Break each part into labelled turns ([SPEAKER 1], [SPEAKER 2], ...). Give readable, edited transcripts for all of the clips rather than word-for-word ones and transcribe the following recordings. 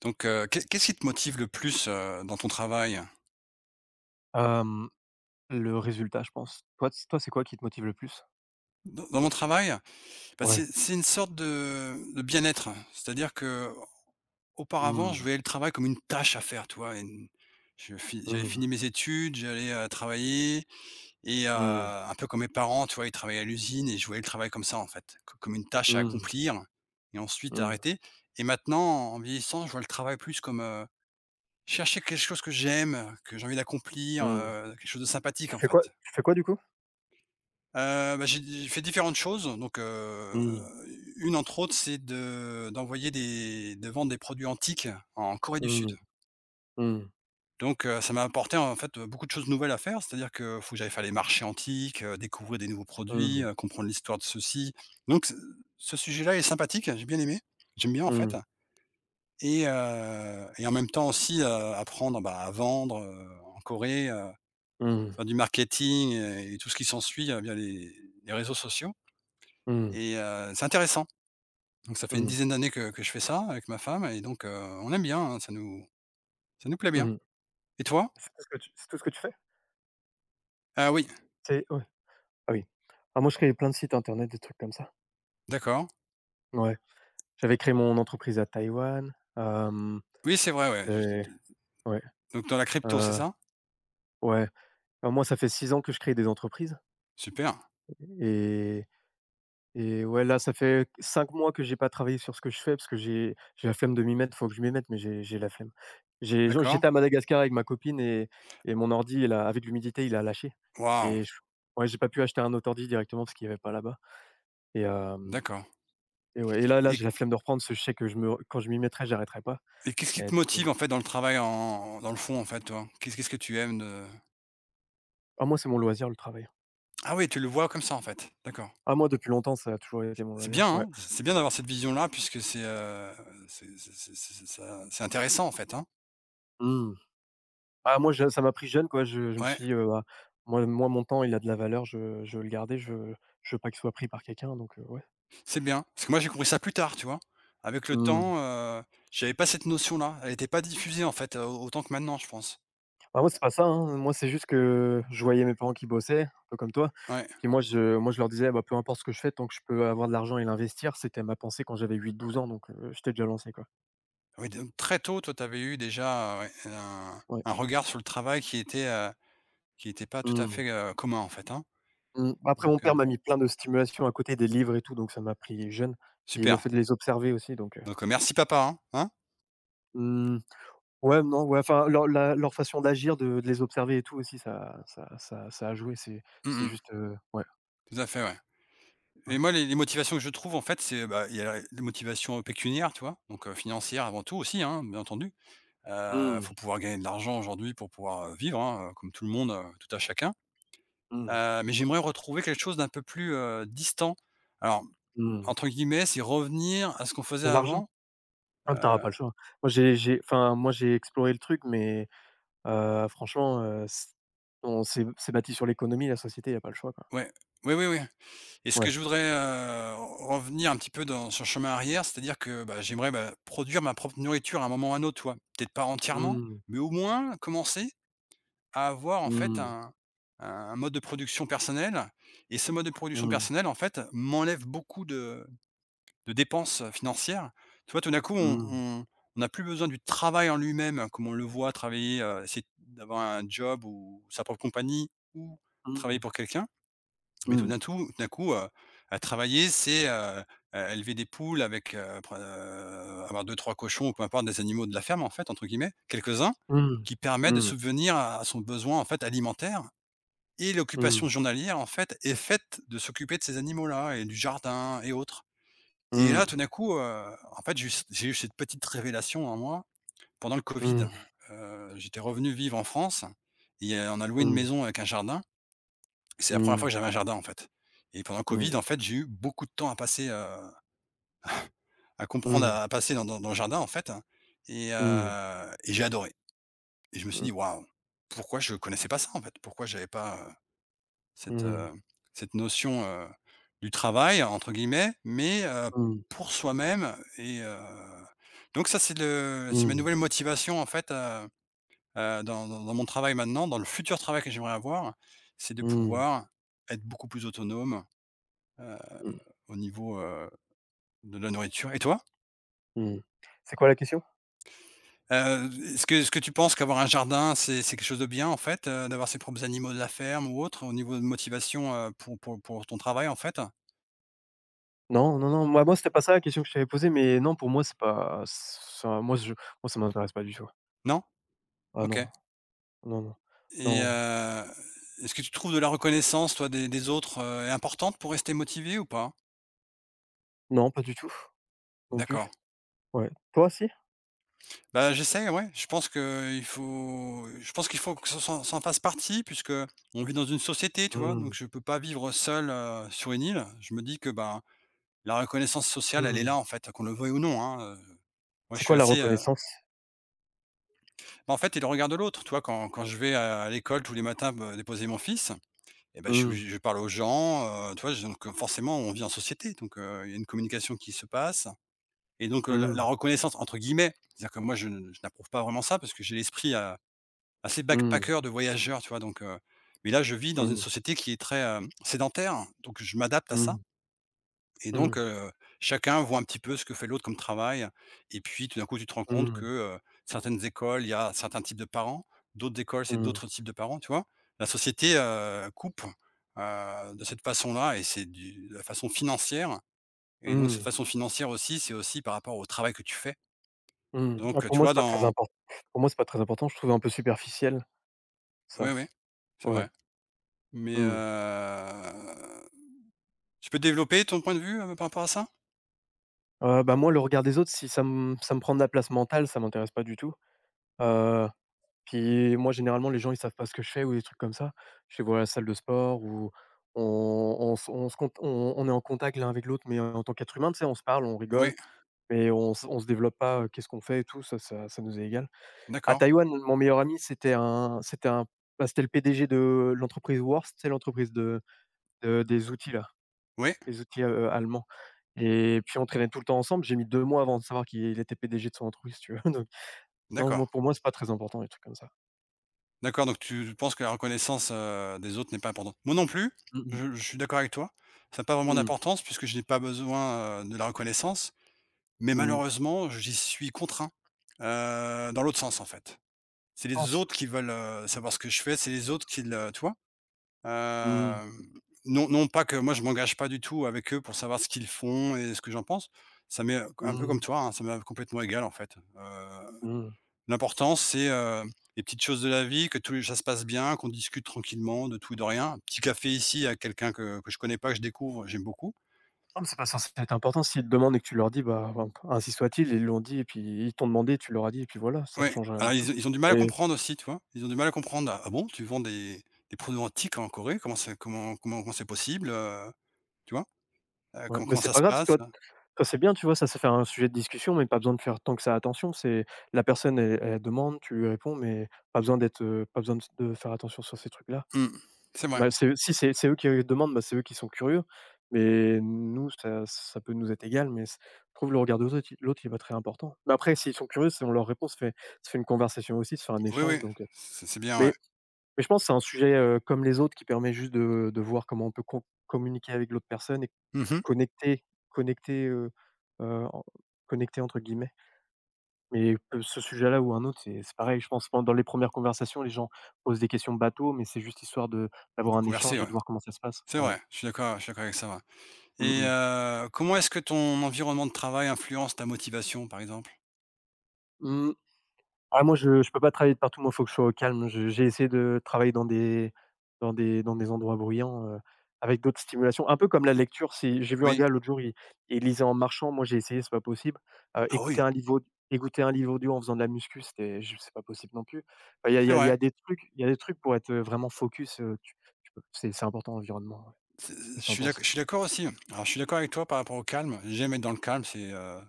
[SPEAKER 1] Donc, qu'est-ce qui te motive le plus, dans ton travail?
[SPEAKER 2] Hem, le résultat, je pense. Toi, c'est quoi qui te motive le plus?
[SPEAKER 1] Dans mon travail, bah,
[SPEAKER 2] Ouais.
[SPEAKER 1] c'est une sorte de bien-être. C'est-à-dire que auparavant,
[SPEAKER 2] Mmh,
[SPEAKER 1] je voyais le travail comme une tâche à faire, tu vois? Une je fi J'avais
[SPEAKER 2] mmh,
[SPEAKER 1] fini mes études, j'allais, travailler et
[SPEAKER 2] mmh,
[SPEAKER 1] un peu comme mes parents, tu vois? Ils travaillaient à l'usine et je voyais le travail comme ça, en fait, co comme une tâche à
[SPEAKER 2] mmh,
[SPEAKER 1] accomplir et ensuite à
[SPEAKER 2] mmh,
[SPEAKER 1] arrêter. Et maintenant, en vieillissant, je vois le travail plus comme, chercher quelque chose que j'aime, que j'ai envie d'accomplir,
[SPEAKER 2] mmh.
[SPEAKER 1] quelque chose de sympathique,
[SPEAKER 2] Tu
[SPEAKER 1] en
[SPEAKER 2] fais
[SPEAKER 1] fait.
[SPEAKER 2] quoi tu fais quoi du coup?
[SPEAKER 1] Bah, j'ai fait différentes choses, donc,
[SPEAKER 2] Mmh,
[SPEAKER 1] une entre autres, c'est de vendre des produits antiques en Corée du
[SPEAKER 2] mmh,
[SPEAKER 1] Sud.
[SPEAKER 2] mmh,
[SPEAKER 1] Donc, ça m'a apporté, en fait, beaucoup de choses nouvelles à faire. C'est-à-dire que faut que j'aille faire les marchés antiques, découvrir des nouveaux produits,
[SPEAKER 2] mmh,
[SPEAKER 1] comprendre l'histoire de ceux-ci. Donc ce sujet-là est sympathique, j'ai bien aimé. J'aime bien, en fait,
[SPEAKER 2] mmh,
[SPEAKER 1] et en même temps aussi, apprendre, bah, à vendre, en Corée,
[SPEAKER 2] mmh,
[SPEAKER 1] faire du marketing, et tout ce qui s'ensuit, via les réseaux sociaux.
[SPEAKER 2] mmh,
[SPEAKER 1] Et, c'est intéressant. Donc ça fait une
[SPEAKER 2] mmh,
[SPEAKER 1] dizaine d'années que je fais ça avec ma femme, et donc, on aime bien, hein, ça nous plaît bien.
[SPEAKER 2] mmh.
[SPEAKER 1] Et toi?
[SPEAKER 2] C'est tout ce que tu c'est tout ce que tu fais?
[SPEAKER 1] Ah oui,
[SPEAKER 2] C'est ouais. Ah oui. Ah moi, je créais plein de sites internet, des trucs comme ça.
[SPEAKER 1] d'accord.
[SPEAKER 2] Ouais. J'avais créé mon entreprise à Taïwan. Hem
[SPEAKER 1] Oui, c'est vrai, ouais. J
[SPEAKER 2] Et ouais,
[SPEAKER 1] Donc, dans la crypto, c'est
[SPEAKER 2] heu,
[SPEAKER 1] ça?
[SPEAKER 2] ouais. Bah, moi, ça fait 6 ans que je crée des entreprises.
[SPEAKER 1] Super,
[SPEAKER 2] et Et ouais, là, ça fait 5 mois que j'ai pas travaillé sur ce que je fais parce que j'ai la flemme de m'y mettre. Faut que je m'y mette, mais j'ai la flemme. J'ai genre,
[SPEAKER 1] d'accord.
[SPEAKER 2] j'étais à Madagascar avec ma copine. Et mon ordi, il a avec l'humidité, il a lâché.
[SPEAKER 1] Waouh,
[SPEAKER 2] Et je Ouais, j'ai pas pu acheter un autre ordi directement parce qu'il y avait pas là-bas. et hem
[SPEAKER 1] d'accord.
[SPEAKER 2] et ouais, et là,
[SPEAKER 1] Et
[SPEAKER 2] j'ai la flemme de reprendre parce que je sais que je me quand je m'y mettrai, j'arrêterai pas.
[SPEAKER 1] et qu'est-ce qui
[SPEAKER 2] et
[SPEAKER 1] te
[SPEAKER 2] du coup,
[SPEAKER 1] motive,
[SPEAKER 2] heu
[SPEAKER 1] en fait, dans le travail, en dans le fond, en fait, toi? Qu'est-ce que tu aimes de
[SPEAKER 2] ah moi, c'est mon loisir, le travail.
[SPEAKER 1] ah oui, tu le vois comme ça, en fait, d'accord.
[SPEAKER 2] Ah moi, depuis longtemps, ça a toujours été mon
[SPEAKER 1] C'est
[SPEAKER 2] loisir,
[SPEAKER 1] bien,
[SPEAKER 2] ouais.
[SPEAKER 1] hein, c'est bien d'avoir cette vision-là, puisque c'est ça, c'est intéressant, en fait, hein?
[SPEAKER 2] Mmh. Ah moi je ça m'a pris jeune quoi, je me
[SPEAKER 1] Ouais.
[SPEAKER 2] suis dit, «Bah, moi mon temps il a de la valeur, je veux le garder, je veux pas qu'il soit pris par quelqu'un», donc ouais.
[SPEAKER 1] C'est bien, parce que moi j'ai compris ça plus tard, tu vois? Avec le
[SPEAKER 2] Mmh.
[SPEAKER 1] temps, j'avais pas cette notion-là, elle était pas diffusée, en fait, autant que maintenant, je pense.
[SPEAKER 2] Bah, moi c'est pas ça, hein, moi c'est juste que je voyais mes parents qui bossaient, un peu comme toi,
[SPEAKER 1] Ouais.
[SPEAKER 2] puis moi je leur disais: «Bah, peu importe ce que je fais, tant que je peux avoir de l'argent et l'investir», c'était ma pensée quand j'avais 8 12 ans, donc j'étais déjà lancé quoi.
[SPEAKER 1] Oui, donc très tôt, toi, tu avais eu déjà, ouais, un
[SPEAKER 2] Ouais.
[SPEAKER 1] un regard sur le travail qui était, pas tout à
[SPEAKER 2] Mmh.
[SPEAKER 1] fait, commun, en fait, hein?
[SPEAKER 2] Mmh. Bah, après
[SPEAKER 1] Donc,
[SPEAKER 2] mon père m'a mis plein de stimulation à côté, des livres et tout, donc ça m'a pris jeune, et le
[SPEAKER 1] super.
[SPEAKER 2] fait de les observer aussi, donc.
[SPEAKER 1] Donc, merci papa, hein, hein?
[SPEAKER 2] Mmh. Ouais, non, ouais, enfin, leur la leur façon d'agir, de les observer et tout aussi, ça a joué, c'est
[SPEAKER 1] Mmh
[SPEAKER 2] c'est
[SPEAKER 1] mh.
[SPEAKER 2] juste, ouais,
[SPEAKER 1] Tout à fait, ouais.
[SPEAKER 2] ouais.
[SPEAKER 1] Et moi, les motivations que je trouve, en fait, c'est, bah, il y a les motivations pécuniaires, tu vois? Donc, financières avant tout aussi, hein, bien entendu.
[SPEAKER 2] Mmh,
[SPEAKER 1] Faut pouvoir gagner de l'argent aujourd'hui pour pouvoir, vivre, hein, comme tout le monde, tout à chacun.
[SPEAKER 2] mmh,
[SPEAKER 1] Mais j'aimerais retrouver quelque chose d'un peu plus, distant. Alors,
[SPEAKER 2] mmh.
[SPEAKER 1] entre guillemets, c'est revenir à ce qu'on faisait
[SPEAKER 2] De l'argent?
[SPEAKER 1] avant,
[SPEAKER 2] Ah, mais tu pas
[SPEAKER 1] heu,
[SPEAKER 2] le choix. Moi, j'ai enfin, moi, j'ai exploré le truc, mais franchement, c on s'est c'est bâti sur l'économie, la société, y a pas le choix, quoi.
[SPEAKER 1] ouais. Oui, oui, oui. Et ce que
[SPEAKER 2] Ouais.
[SPEAKER 1] je voudrais, revenir un petit peu dans sur le chemin arrière, c'est-à-dire que, bah, j'aimerais, bah, produire ma propre nourriture à un moment ou à un autre, tu vois? Peut-être pas entièrement,
[SPEAKER 2] Mmh,
[SPEAKER 1] mais au moins commencer à avoir, en fait,
[SPEAKER 2] mmh,
[SPEAKER 1] un mode de production personnel. Et ce mode de production
[SPEAKER 2] mmh,
[SPEAKER 1] personnel, en fait, m'enlève beaucoup de dépenses financières. Tu vois, tout d'un coup, on
[SPEAKER 2] mmh, mmh,
[SPEAKER 1] on on a plus besoin du travail en lui-même, hein, comme on le voit travailler, essayer d'avoir un job ou sa propre compagnie ou
[SPEAKER 2] mmh,
[SPEAKER 1] travailler pour quelqu'un. Mais tout d'un
[SPEAKER 2] mmh,
[SPEAKER 1] tout tout d'un coup, à travailler, c'est, é élever des poules avec, pre avoir deux trois cochons ou peu importe, des animaux de la «ferme», en fait, entre guillemets, quelques-uns,
[SPEAKER 2] mmh,
[SPEAKER 1] qui permettent de
[SPEAKER 2] mmh,
[SPEAKER 1] subvenir à son besoin, en fait, alimentaire. Et
[SPEAKER 2] mmh,
[SPEAKER 1] l'occupation journalière, en fait, est faite de s'occuper de ces animaux-là et du jardin et autres. Et là, tout
[SPEAKER 2] mmh,
[SPEAKER 1] d'un coup, en fait, j'ai eu cette petite révélation en moi. Pendant le
[SPEAKER 2] mmh,
[SPEAKER 1] Covid,
[SPEAKER 2] mmh,
[SPEAKER 1] j'étais revenu vivre en France et, on a loué une
[SPEAKER 2] mmh,
[SPEAKER 1] maison avec un jardin. C'est la première fois que j'avais un jardin, en fait. Et pendant le
[SPEAKER 2] mmh,
[SPEAKER 1] Covid, en fait, j'ai eu beaucoup de temps à passer, à comprendre, à passer dans le jardin, en fait. et
[SPEAKER 2] mmh,
[SPEAKER 1] heu et j'ai adoré, et je me suis dit: «Waouh! Pourquoi je connaissais pas ça, en fait? Pourquoi j'avais pas, cette,
[SPEAKER 2] mmh,
[SPEAKER 1] heu, cette notion, du «travail», entre guillemets, mais,
[SPEAKER 2] mmh,
[SPEAKER 1] pour soi-même. Et, donc ça c'est le c'est ma
[SPEAKER 2] mmh.
[SPEAKER 1] nouvelle motivation, en fait, dans mon travail maintenant, dans le futur travail que j'aimerais avoir, c'est de
[SPEAKER 2] Mmh.
[SPEAKER 1] pouvoir être beaucoup plus autonome, heu,
[SPEAKER 2] Mmh
[SPEAKER 1] au niveau, de la nourriture. Et toi?
[SPEAKER 2] mh. C'est quoi la question?
[SPEAKER 1] Est-ce que tu penses qu'avoir un jardin, c'est quelque chose de bien, en fait, d'avoir ses propres animaux de la ferme ou autre, au niveau de motivation, pour ton travail, en fait?
[SPEAKER 2] Non, non, non, moi, c'était pas ça la question que je t'avais posée, mais non, pour moi, c'est pas ça. Moi, ça m'intéresse pas du tout.
[SPEAKER 1] Non?
[SPEAKER 2] Ah
[SPEAKER 1] OK.
[SPEAKER 2] non, non, non,
[SPEAKER 1] Et,
[SPEAKER 2] non,
[SPEAKER 1] est-ce que tu trouves de la reconnaissance, toi, des autres, importante pour rester motivé ou pas?
[SPEAKER 2] non, pas du tout, non plus.
[SPEAKER 1] D'accord.
[SPEAKER 2] Ouais. Toi, aussi.
[SPEAKER 1] Bah, j'essaie, ouais. Je pense qu'il faut que ça fasse partie, puisque on vit dans une société, tu vois?
[SPEAKER 2] Mmh.
[SPEAKER 1] Donc je peux pas vivre seul, sur une île. Je me dis que, bah, la reconnaissance sociale, elle est là,
[SPEAKER 2] Mmh.
[SPEAKER 1] en fait, qu'on le veuille ou non, hein. Moi, je
[SPEAKER 2] C'est quoi
[SPEAKER 1] suis
[SPEAKER 2] la
[SPEAKER 1] assez,
[SPEAKER 2] reconnaissance?
[SPEAKER 1] bah, en fait, il y le regard de l'autre, tu vois? Quand je vais à l'école tous les matins, me déposer mon fils, et ben je
[SPEAKER 2] Mmh.
[SPEAKER 1] je parle aux gens, tu vois? Je Donc, forcément, on vit en société, donc, il y a une communication qui se passe. Et donc, la
[SPEAKER 2] Mmh.
[SPEAKER 1] «reconnaissance», entre guillemets, c'est-à-dire que moi, je n'approuve pas vraiment ça parce que j'ai l'esprit, assez
[SPEAKER 2] Mmh.
[SPEAKER 1] backpacker, de voyageur, tu vois? Donc, mais là, je vis dans une
[SPEAKER 2] Mmh.
[SPEAKER 1] société qui est très, sédentaire, donc je m'adapte à ça.
[SPEAKER 2] Mmh.
[SPEAKER 1] Et donc,
[SPEAKER 2] Mmh.
[SPEAKER 1] chacun voit un petit peu ce que fait l'autre comme travail. Et puis tout d'un coup, tu te rends compte que,
[SPEAKER 2] Mmh.
[SPEAKER 1] certaines écoles, il y a certains types de parents, d'autres écoles, c'est
[SPEAKER 2] Mmh.
[SPEAKER 1] d'autres types de parents, tu vois? La société, coupe, de cette façon-là. Et c'est du de la façon financière. Et donc cette
[SPEAKER 2] Mmh.
[SPEAKER 1] façon financière aussi, c'est aussi par rapport au travail que tu fais.
[SPEAKER 2] Mmh. Ah,
[SPEAKER 1] Donc,
[SPEAKER 2] pour
[SPEAKER 1] tu
[SPEAKER 2] moi, c'est
[SPEAKER 1] vois,
[SPEAKER 2] pas très
[SPEAKER 1] dans
[SPEAKER 2] important. Pour moi, c'est pas très important, je trouve un peu superficiel,
[SPEAKER 1] oui,
[SPEAKER 2] ça.
[SPEAKER 1] oui, c'est
[SPEAKER 2] Ouais.
[SPEAKER 1] vrai. Mais, heu
[SPEAKER 2] Mmh.
[SPEAKER 1] Tu peux développer ton point de vue, par rapport à ça?
[SPEAKER 2] Bah, moi, le regard des autres, si ça me prend de la place mentale, ça m'intéresse pas du tout. Heu, Puis moi, généralement, les gens, ils savent pas ce que je fais ou des trucs comme ça. Je les voir la salle de sport ou on on est en contact l'un avec l'autre, mais en tant qu'être humain, tu sais, on se parle, on rigole,
[SPEAKER 1] Oui,
[SPEAKER 2] mais on se développe pas, qu'est-ce qu'on fait et tout, ça nous est égal. À
[SPEAKER 1] d'accord.
[SPEAKER 2] Taïwan, mon meilleur ami, c'était le PDG de l'entreprise WORST, c'est l'entreprise de des outils là,
[SPEAKER 1] Oui,
[SPEAKER 2] les outils, allemands, et puis on traînait tout le temps ensemble. J'ai mis 2 mois avant de savoir qu'il était PDG de son entreprise, si tu veux, donc non, moi,
[SPEAKER 1] d'accord.
[SPEAKER 2] pour moi, c'est pas très important les trucs comme ça.
[SPEAKER 1] D'accord, donc tu penses que la reconnaissance, des autres n'est pas importante. Moi non plus,
[SPEAKER 2] Mmh mh.
[SPEAKER 1] je suis d'accord avec toi. Ça a pas vraiment
[SPEAKER 2] Mmh.
[SPEAKER 1] d'importance puisque je n'ai pas besoin, de la reconnaissance. Mais
[SPEAKER 2] Mmh.
[SPEAKER 1] malheureusement, j'y suis contraint, dans l'autre sens, en fait. C'est
[SPEAKER 2] Je
[SPEAKER 1] les
[SPEAKER 2] pense.
[SPEAKER 1] autres qui veulent, savoir ce que je fais, c'est les autres qui le tu vois?
[SPEAKER 2] Mmh.
[SPEAKER 1] Hem, non, non, pas que moi je m'engage pas du tout avec eux pour savoir ce qu'ils font et ce que j'en pense. Ça m'est un peu
[SPEAKER 2] Mmh.
[SPEAKER 1] comme toi, hein, ça m'est complètement égal, en fait.
[SPEAKER 2] Mmh.
[SPEAKER 1] L'important c'est, les petites choses de la vie, que tout ça se passe bien, qu'on discute tranquillement de tout et de rien. Un petit café ici à quelqu'un que je connais pas, que je découvre, j'aime beaucoup.
[SPEAKER 2] Ah mais c'est pas censé être important. S'ils te demandent et que tu leur dis, bah, enfin, ainsi soit-il, ils l'ont dit et puis ils t'ont demandé, tu leur as dit et puis voilà, ça
[SPEAKER 1] Ouais,
[SPEAKER 2] change rien du
[SPEAKER 1] alors
[SPEAKER 2] tout.
[SPEAKER 1] ils ont du mal à
[SPEAKER 2] et
[SPEAKER 1] comprendre aussi, tu vois? Ils ont du mal à comprendre: «Ah, ah bon, tu vends des produits antiques en Corée? Comment c'est possible?» Tu vois?
[SPEAKER 2] ouais, mais
[SPEAKER 1] Comment
[SPEAKER 2] c'est
[SPEAKER 1] ça
[SPEAKER 2] pas
[SPEAKER 1] se
[SPEAKER 2] grave.
[SPEAKER 1] passe?
[SPEAKER 2] Toi, c'est bien, tu vois? Ça fait un sujet de discussion, mais pas besoin de faire tant que ça attention. C'est la personne, elle demande, tu lui réponds, mais pas besoin d'être, pas besoin de faire attention sur ces trucs-là.
[SPEAKER 1] Mmh, c'est vrai.
[SPEAKER 2] Bah, c'est si c'est eux qui demandent, bah, c'est eux qui sont curieux, mais nous, ça peut nous être égal, mais c je trouve le regard de autres, il l'autre, il est pas très important. Mais après, s'ils sont curieux, si on leur répond, ça fait une conversation aussi, ça fait un
[SPEAKER 1] Oui, oui,
[SPEAKER 2] échange, donc
[SPEAKER 1] c'est bien, ouais.
[SPEAKER 2] mais mais je pense que c'est un sujet, comme les autres, qui permet juste de voir comment on peut communiquer avec l'autre personne et
[SPEAKER 1] Mmh
[SPEAKER 2] connecter connecter, heu heu, en «connecter» entre guillemets. Mais que ce sujet-là ou un autre, c'est pareil, je pense pen dans les premières conversations, les gens posent des questions bateau, mais c'est juste histoire de
[SPEAKER 1] de
[SPEAKER 2] d'avoir un
[SPEAKER 1] converser,
[SPEAKER 2] échange et de
[SPEAKER 1] ouais.
[SPEAKER 2] voir comment ça se passe.
[SPEAKER 1] C'est
[SPEAKER 2] Ouais.
[SPEAKER 1] vrai, je suis d'accord avec ça, ouais.
[SPEAKER 2] Mmh
[SPEAKER 1] Et,
[SPEAKER 2] mh.
[SPEAKER 1] comment est-ce que ton environnement de travail influence ta motivation, par exemple?
[SPEAKER 2] Mmh. Ah moi, je peux pas travailler de partout, moi faut que je sois au calme. Je J'ai essayé de travailler dans des endroits bruyants, avec d'autres stimulations. Un peu comme la lecture, c'est j'ai vu un
[SPEAKER 1] Oui.
[SPEAKER 2] gars l'autre jour, il lisait en marchant, moi j'ai essayé, c'est pas possible. Heu,
[SPEAKER 1] Ah
[SPEAKER 2] écouter
[SPEAKER 1] oui,
[SPEAKER 2] un livre aud Écouter un livre audio en faisant de la muscu, c'est pas possible non plus. Enfin, il y a il y
[SPEAKER 1] c'est
[SPEAKER 2] a il y
[SPEAKER 1] vrai.
[SPEAKER 2] a des trucs il y a des trucs pour être, vraiment focus, tu tu peux c'est important l'environnement, ouais.
[SPEAKER 1] C'est
[SPEAKER 2] Qu'est-ce que tu en penses?
[SPEAKER 1] Je suis d'accord aussi. Alors je suis d'accord avec toi par rapport au calme. J'aime être dans le calme,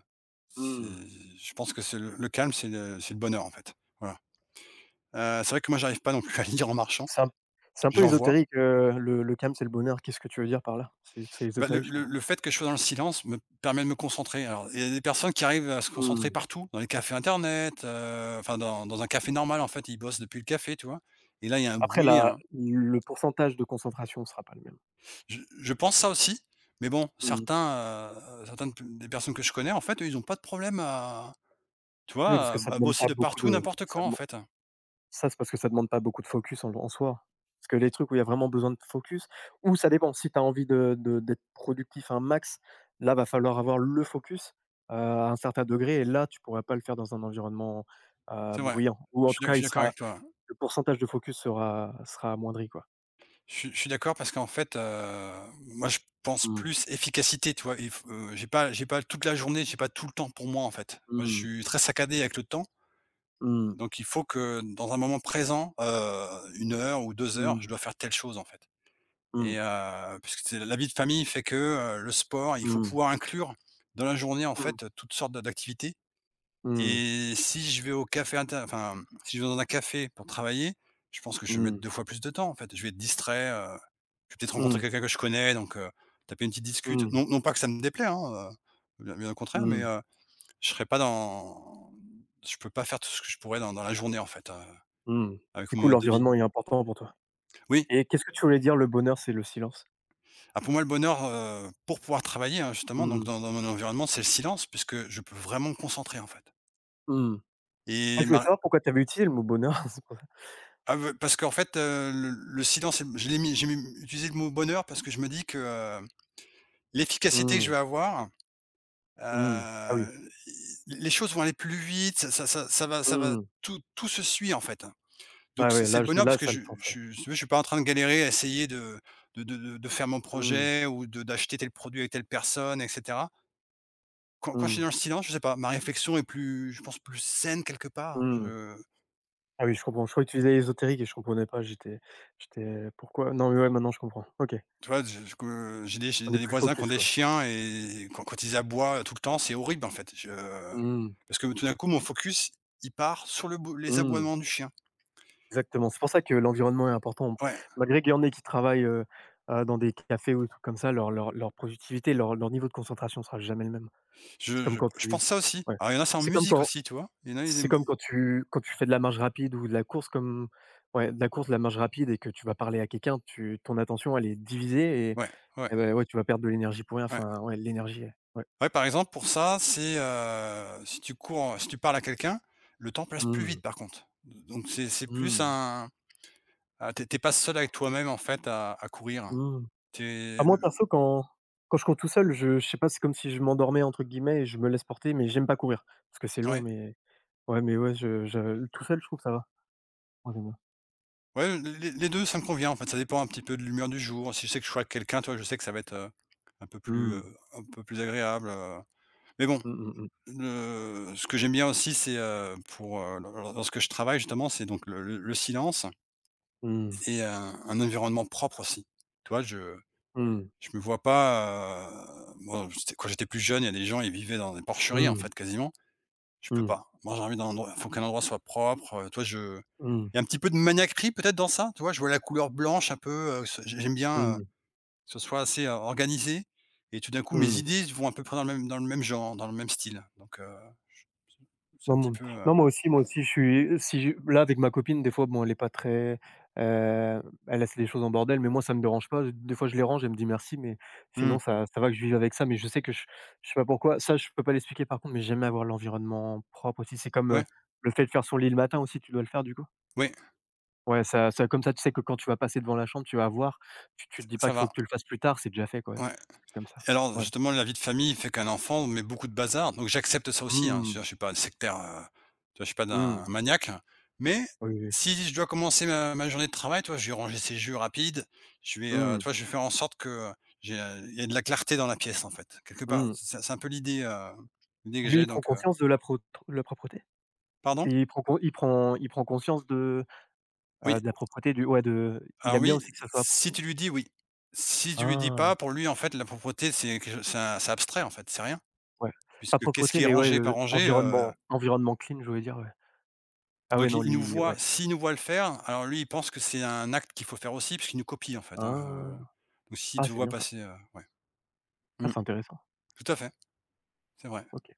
[SPEAKER 1] c'est
[SPEAKER 2] Mmh.
[SPEAKER 1] je pense que c'est le calme, c'est le bonheur, en fait. Voilà. C'est vrai que moi, j'arrive pas non plus à lire en marchant,
[SPEAKER 2] C'est un c'est un peu
[SPEAKER 1] j'en vois.
[SPEAKER 2] ésotérique, le calme, c'est le bonheur. Qu'est-ce que tu veux dire par là? C'est
[SPEAKER 1] Bah, le
[SPEAKER 2] ésotérique, je
[SPEAKER 1] le
[SPEAKER 2] comprends.
[SPEAKER 1] le fait que je sois dans le silence me permet de me concentrer. Alors, il y a des personnes qui arrivent à se concentrer
[SPEAKER 2] Mmh.
[SPEAKER 1] partout, dans les cafés internet, enfin dans un café normal, en fait, ils bossent depuis le café, tu vois? Et là, il y a un
[SPEAKER 2] Après,
[SPEAKER 1] bruit,
[SPEAKER 2] la
[SPEAKER 1] un
[SPEAKER 2] le pourcentage de concentration sera pas le même.
[SPEAKER 1] je pense ça aussi, mais bon,
[SPEAKER 2] Mmh.
[SPEAKER 1] certains, certaines p des personnes que je connais, en fait, eux, ils ont pas de problème à tu
[SPEAKER 2] Oui, parce
[SPEAKER 1] vois,
[SPEAKER 2] que
[SPEAKER 1] à à bosser de partout, n'importe quand, en fait.
[SPEAKER 2] ça, c'est parce que ça demande pas beaucoup de focus en soi. Parce que les trucs où il y a vraiment besoin de focus, ou ça dépend, si tu as envie de d'être productif à un max, là, va falloir avoir le focus, à un certain degré, et là, tu pourras pas le faire dans un environnement,
[SPEAKER 1] C'est vrai.
[SPEAKER 2] bruyant, ou en tout cas,
[SPEAKER 1] Je suis
[SPEAKER 2] il
[SPEAKER 1] d'accord
[SPEAKER 2] sera,
[SPEAKER 1] avec toi.
[SPEAKER 2] le pourcentage de focus sera amoindri, quoi.
[SPEAKER 1] Je suis d'accord parce qu'en fait, moi, je pense
[SPEAKER 2] Mmh.
[SPEAKER 1] plus efficacité, tu vois? Il f j'ai pas toute la journée, j'ai pas tout le temps pour moi, en fait. Moi, je
[SPEAKER 2] Mmh.
[SPEAKER 1] suis très saccadé avec le temps,
[SPEAKER 2] Mmh.
[SPEAKER 1] donc il faut que, dans un moment présent, 1 heure ou 2 heures,
[SPEAKER 2] Mmh.
[SPEAKER 1] je dois faire telle chose, en fait.
[SPEAKER 2] Mmh.
[SPEAKER 1] Et puisque c'est la vie de famille fait que, le sport, il faut
[SPEAKER 2] Mmh.
[SPEAKER 1] pouvoir inclure dans la journée, en
[SPEAKER 2] Mmh.
[SPEAKER 1] fait, toutes sortes de d'activités.
[SPEAKER 2] Mmh.
[SPEAKER 1] Et si je vais au café si je vais dans un café pour travailler, je pense que je vais
[SPEAKER 2] Mmh.
[SPEAKER 1] mettre 2 fois plus de temps, en fait. Je vais être distrait, je vais peut-être rencontrer
[SPEAKER 2] Mmh.
[SPEAKER 1] quelqu'un que je connais, donc taper une petite discute.
[SPEAKER 2] Mmh.
[SPEAKER 1] Non, non, pas que ça me déplaît, hein, bien bien au contraire, mais
[SPEAKER 2] Mmh.
[SPEAKER 1] je serais pas dans je peux pas faire tout ce que je pourrais dans la journée, en fait,
[SPEAKER 2] Mmh.
[SPEAKER 1] avec
[SPEAKER 2] Du
[SPEAKER 1] mon
[SPEAKER 2] coup,
[SPEAKER 1] mode de vie.
[SPEAKER 2] l'environnement est important pour toi.
[SPEAKER 1] Oui.
[SPEAKER 2] Et qu'est-ce que tu voulais dire, le bonheur, c'est le silence?
[SPEAKER 1] Ah, pour moi, le bonheur, pour pouvoir travailler, hein, justement, donc
[SPEAKER 2] Mmh.
[SPEAKER 1] dans mon environnement, c'est le silence puisque je peux vraiment me concentrer, en fait.
[SPEAKER 2] Mmh. Ah,
[SPEAKER 1] Et
[SPEAKER 2] je voulais
[SPEAKER 1] ma
[SPEAKER 2] savoir pourquoi tu avais utilisé le mot bonheur, c'est pour ça.
[SPEAKER 1] ah ve Parce qu'en fait, le silence, et je l'ai mis j'ai même utilisé le mot bonheur parce que je me dis que, l'efficacité que je
[SPEAKER 2] Mmh.
[SPEAKER 1] vais avoir,
[SPEAKER 2] Mmh. Ah oui.
[SPEAKER 1] heu, les choses vont aller plus vite, ça va,
[SPEAKER 2] Mmh.
[SPEAKER 1] tout se suit, en fait.
[SPEAKER 2] Ah
[SPEAKER 1] Donc c'est
[SPEAKER 2] ouais,
[SPEAKER 1] c'est
[SPEAKER 2] là,
[SPEAKER 1] le
[SPEAKER 2] je
[SPEAKER 1] bonheur
[SPEAKER 2] là,
[SPEAKER 1] parce que,
[SPEAKER 2] ça a le sens, ouais.
[SPEAKER 1] je si tu veux, je suis pas en train de galérer à essayer de faire mon
[SPEAKER 2] Mmh.
[SPEAKER 1] projet ou de d'acheter tel produit avec telle personne, etc. Quand je suis
[SPEAKER 2] Mmh.
[SPEAKER 1] dans le silence, je sais pas, ma réflexion est plus, je pense, plus saine quelque part.
[SPEAKER 2] Mmh.
[SPEAKER 1] Je
[SPEAKER 2] Ah oui, je comprends. Je crois que tu disais ésotérique et je comprenais pas. J'étais, pourquoi? Non, mais ouais, maintenant je comprends. OK.
[SPEAKER 1] Tu vois, je que j'ai des j'ai
[SPEAKER 2] On est
[SPEAKER 1] des
[SPEAKER 2] plus
[SPEAKER 1] voisins qui ont
[SPEAKER 2] focus,
[SPEAKER 1] des
[SPEAKER 2] quoi.
[SPEAKER 1] chiens, et quand ils aboient tout le temps, c'est horrible, en fait. Je
[SPEAKER 2] Mmh.
[SPEAKER 1] Parce que tout d'un coup, mon focus, il part sur le bo les
[SPEAKER 2] Mmh.
[SPEAKER 1] aboiements du chien.
[SPEAKER 2] Exactement, c'est pour ça que l'environnement est important.
[SPEAKER 1] Ouais,
[SPEAKER 2] Malgré qu'il y en ait qui travaillent, dans des cafés ou des trucs comme ça, leur productivité, leur niveau de concentration sera jamais le même. C'est
[SPEAKER 1] je
[SPEAKER 2] comme
[SPEAKER 1] je
[SPEAKER 2] quand
[SPEAKER 1] je
[SPEAKER 2] tu
[SPEAKER 1] pense ça aussi.
[SPEAKER 2] Ouais,
[SPEAKER 1] Alors il y en a, c'est en
[SPEAKER 2] c'est comme
[SPEAKER 1] musique
[SPEAKER 2] quand
[SPEAKER 1] aussi, tu vois? Il y en a, ils
[SPEAKER 2] c'est
[SPEAKER 1] aiment
[SPEAKER 2] comme quand tu fais de la marche rapide ou de la course, de la marche rapide et que tu vas parler à quelqu'un, tu ton attention, elle est divisée. et
[SPEAKER 1] ouais, ouais,
[SPEAKER 2] et bah, ouais, tu vas perdre de l'énergie pour rien.
[SPEAKER 1] ouais.
[SPEAKER 2] Enfin, ouais, l'énergie, ouais.
[SPEAKER 1] Ouais, par exemple, pour ça, c'est, si tu parles à quelqu'un, le temps passe plus
[SPEAKER 2] Mmh.
[SPEAKER 1] vite, par contre. Donc c'est plus
[SPEAKER 2] Mmh.
[SPEAKER 1] un. Ah, tu es pas seul avec toi-même, en fait, à courir.
[SPEAKER 2] Mmh.
[SPEAKER 1] Tu
[SPEAKER 2] À moi
[SPEAKER 1] le
[SPEAKER 2] perso, quand je cours tout seul, je sais pas, c'est comme si je «m'endormais» entre guillemets et je me laisse porter, mais j'aime pas courir parce que c'est long.
[SPEAKER 1] Ouais.
[SPEAKER 2] Ouais, mais ouais, je trouve que ça va. Moi j'aime bien.
[SPEAKER 1] Ouais, les 2, ça me convient, en fait, ça dépend un petit peu de l'humeur du jour. Si je sais que je suis avec quelqu'un, toi, je sais que ça va être, un peu plus, heu,
[SPEAKER 2] Mmh.
[SPEAKER 1] un peu plus agréable, mais bon,
[SPEAKER 2] Mmh, mmh mh.
[SPEAKER 1] le ce que j'aime bien aussi, c'est, pour, lorsque je travaille, justement, c'est donc le silence
[SPEAKER 2] Mmh.
[SPEAKER 1] et un environnement propre aussi. Tu vois, je
[SPEAKER 2] Mmh.
[SPEAKER 1] je me vois pas, bon, j'étais quand j'étais plus jeune, il y a des gens, ils vivaient dans des porcheries, en
[SPEAKER 2] Mmh.
[SPEAKER 1] fait, quasiment. Je peux
[SPEAKER 2] Mmh.
[SPEAKER 1] pas. Moi, j'ai envie d'un endroit, faut qu'un endroit soit propre, tu Je
[SPEAKER 2] Mmh.
[SPEAKER 1] il y a un petit peu de maniaquerie peut-être dans ça, tu vois? Je vois la couleur blanche un peu, ce j'aime bien, que
[SPEAKER 2] Mmh.
[SPEAKER 1] ce soit assez, organisé, et tout d'un coup mes
[SPEAKER 2] Mmh.
[SPEAKER 1] idées vont à peu près dans le même genre, dans le même style, donc je c'est
[SPEAKER 2] Non,
[SPEAKER 1] un petit
[SPEAKER 2] mon
[SPEAKER 1] peu,
[SPEAKER 2] non, moi aussi, je suis si je- là, avec ma copine, des fois, bon, elle est pas très, elle laisse les choses en bordel, mais moi, ça me dérange pas. Des fois, je les range, elle me dit: «Merci», mais
[SPEAKER 1] mmh,
[SPEAKER 2] sinon, ça va que je vive avec ça, mais je sais pas pourquoi. Ça, je peux pas l'expliquer, par contre, mais j'aime avoir l'environnement propre aussi. C'est comme,
[SPEAKER 1] ouais,
[SPEAKER 2] le fait de faire son lit le matin aussi, tu dois le faire, du coup?
[SPEAKER 1] oui,
[SPEAKER 2] Ouais, ça ça comme ça, tu sais que quand tu vas passer devant la chambre, tu vas voir, tu te dis pas
[SPEAKER 1] ça
[SPEAKER 2] qu'il faut
[SPEAKER 1] va,
[SPEAKER 2] que tu le fasses plus tard, c'est déjà fait, quoi.
[SPEAKER 1] ouais.
[SPEAKER 2] Comme ça.
[SPEAKER 1] Alors
[SPEAKER 2] Ouais.
[SPEAKER 1] justement, la vie de famille fait qu'un enfant met beaucoup de bazar, donc j'accepte ça aussi, hein. Je veux
[SPEAKER 2] Mmh,
[SPEAKER 1] dire, je suis pas un sectaire, tu vois? Je suis pas
[SPEAKER 2] mmh,
[SPEAKER 1] d'un maniaque, mais
[SPEAKER 2] oui, oui.
[SPEAKER 1] si je dois commencer ma journée de travail, tu vois? Je vais ranger ses jeux rapides, je vais,
[SPEAKER 2] Mmh,
[SPEAKER 1] tu vois? Je vais faire en sorte que il y ait de la clarté dans la pièce, en fait, quelque part.
[SPEAKER 2] mmh.
[SPEAKER 1] C'est un peu l'idée, l'idée que
[SPEAKER 2] Lui, il
[SPEAKER 1] j'ai,
[SPEAKER 2] prend
[SPEAKER 1] donc,
[SPEAKER 2] conscience de la propreté?
[SPEAKER 1] pardon?
[SPEAKER 2] Et il prend conscience de, heu,
[SPEAKER 1] Oui,
[SPEAKER 2] de la propreté du ouais, de il
[SPEAKER 1] alors
[SPEAKER 2] aime bien
[SPEAKER 1] oui,
[SPEAKER 2] aussi que ça soit,
[SPEAKER 1] si tu lui dis, oui. Si tu lui dis
[SPEAKER 2] ah!
[SPEAKER 1] pas, pour lui, en fait, la propreté, c'est quelque chose c'est un c'est abstrait, en fait, c'est rien
[SPEAKER 2] Ouais. Pas
[SPEAKER 1] puisque qu'est-ce
[SPEAKER 2] propreté,
[SPEAKER 1] qui est
[SPEAKER 2] mais ouais,
[SPEAKER 1] rangé, pas
[SPEAKER 2] le
[SPEAKER 1] rangé,
[SPEAKER 2] environnement clean, je voulais dire, ouais. Ah ouais,
[SPEAKER 1] Donc
[SPEAKER 2] non,
[SPEAKER 1] il nous
[SPEAKER 2] lui, ouais.
[SPEAKER 1] voit s'il nous voit le faire, alors lui, il pense que c'est un acte qu'il faut faire aussi puisqu'il nous copie, en fait, hein,
[SPEAKER 2] Ah!
[SPEAKER 1] donc s'il
[SPEAKER 2] Ah,
[SPEAKER 1] te
[SPEAKER 2] c'est
[SPEAKER 1] voit
[SPEAKER 2] bien ça.
[SPEAKER 1] passer, ouais.
[SPEAKER 2] Ah,
[SPEAKER 1] Mmh.
[SPEAKER 2] c'est intéressant.
[SPEAKER 1] Tout à fait, c'est vrai.
[SPEAKER 2] OK.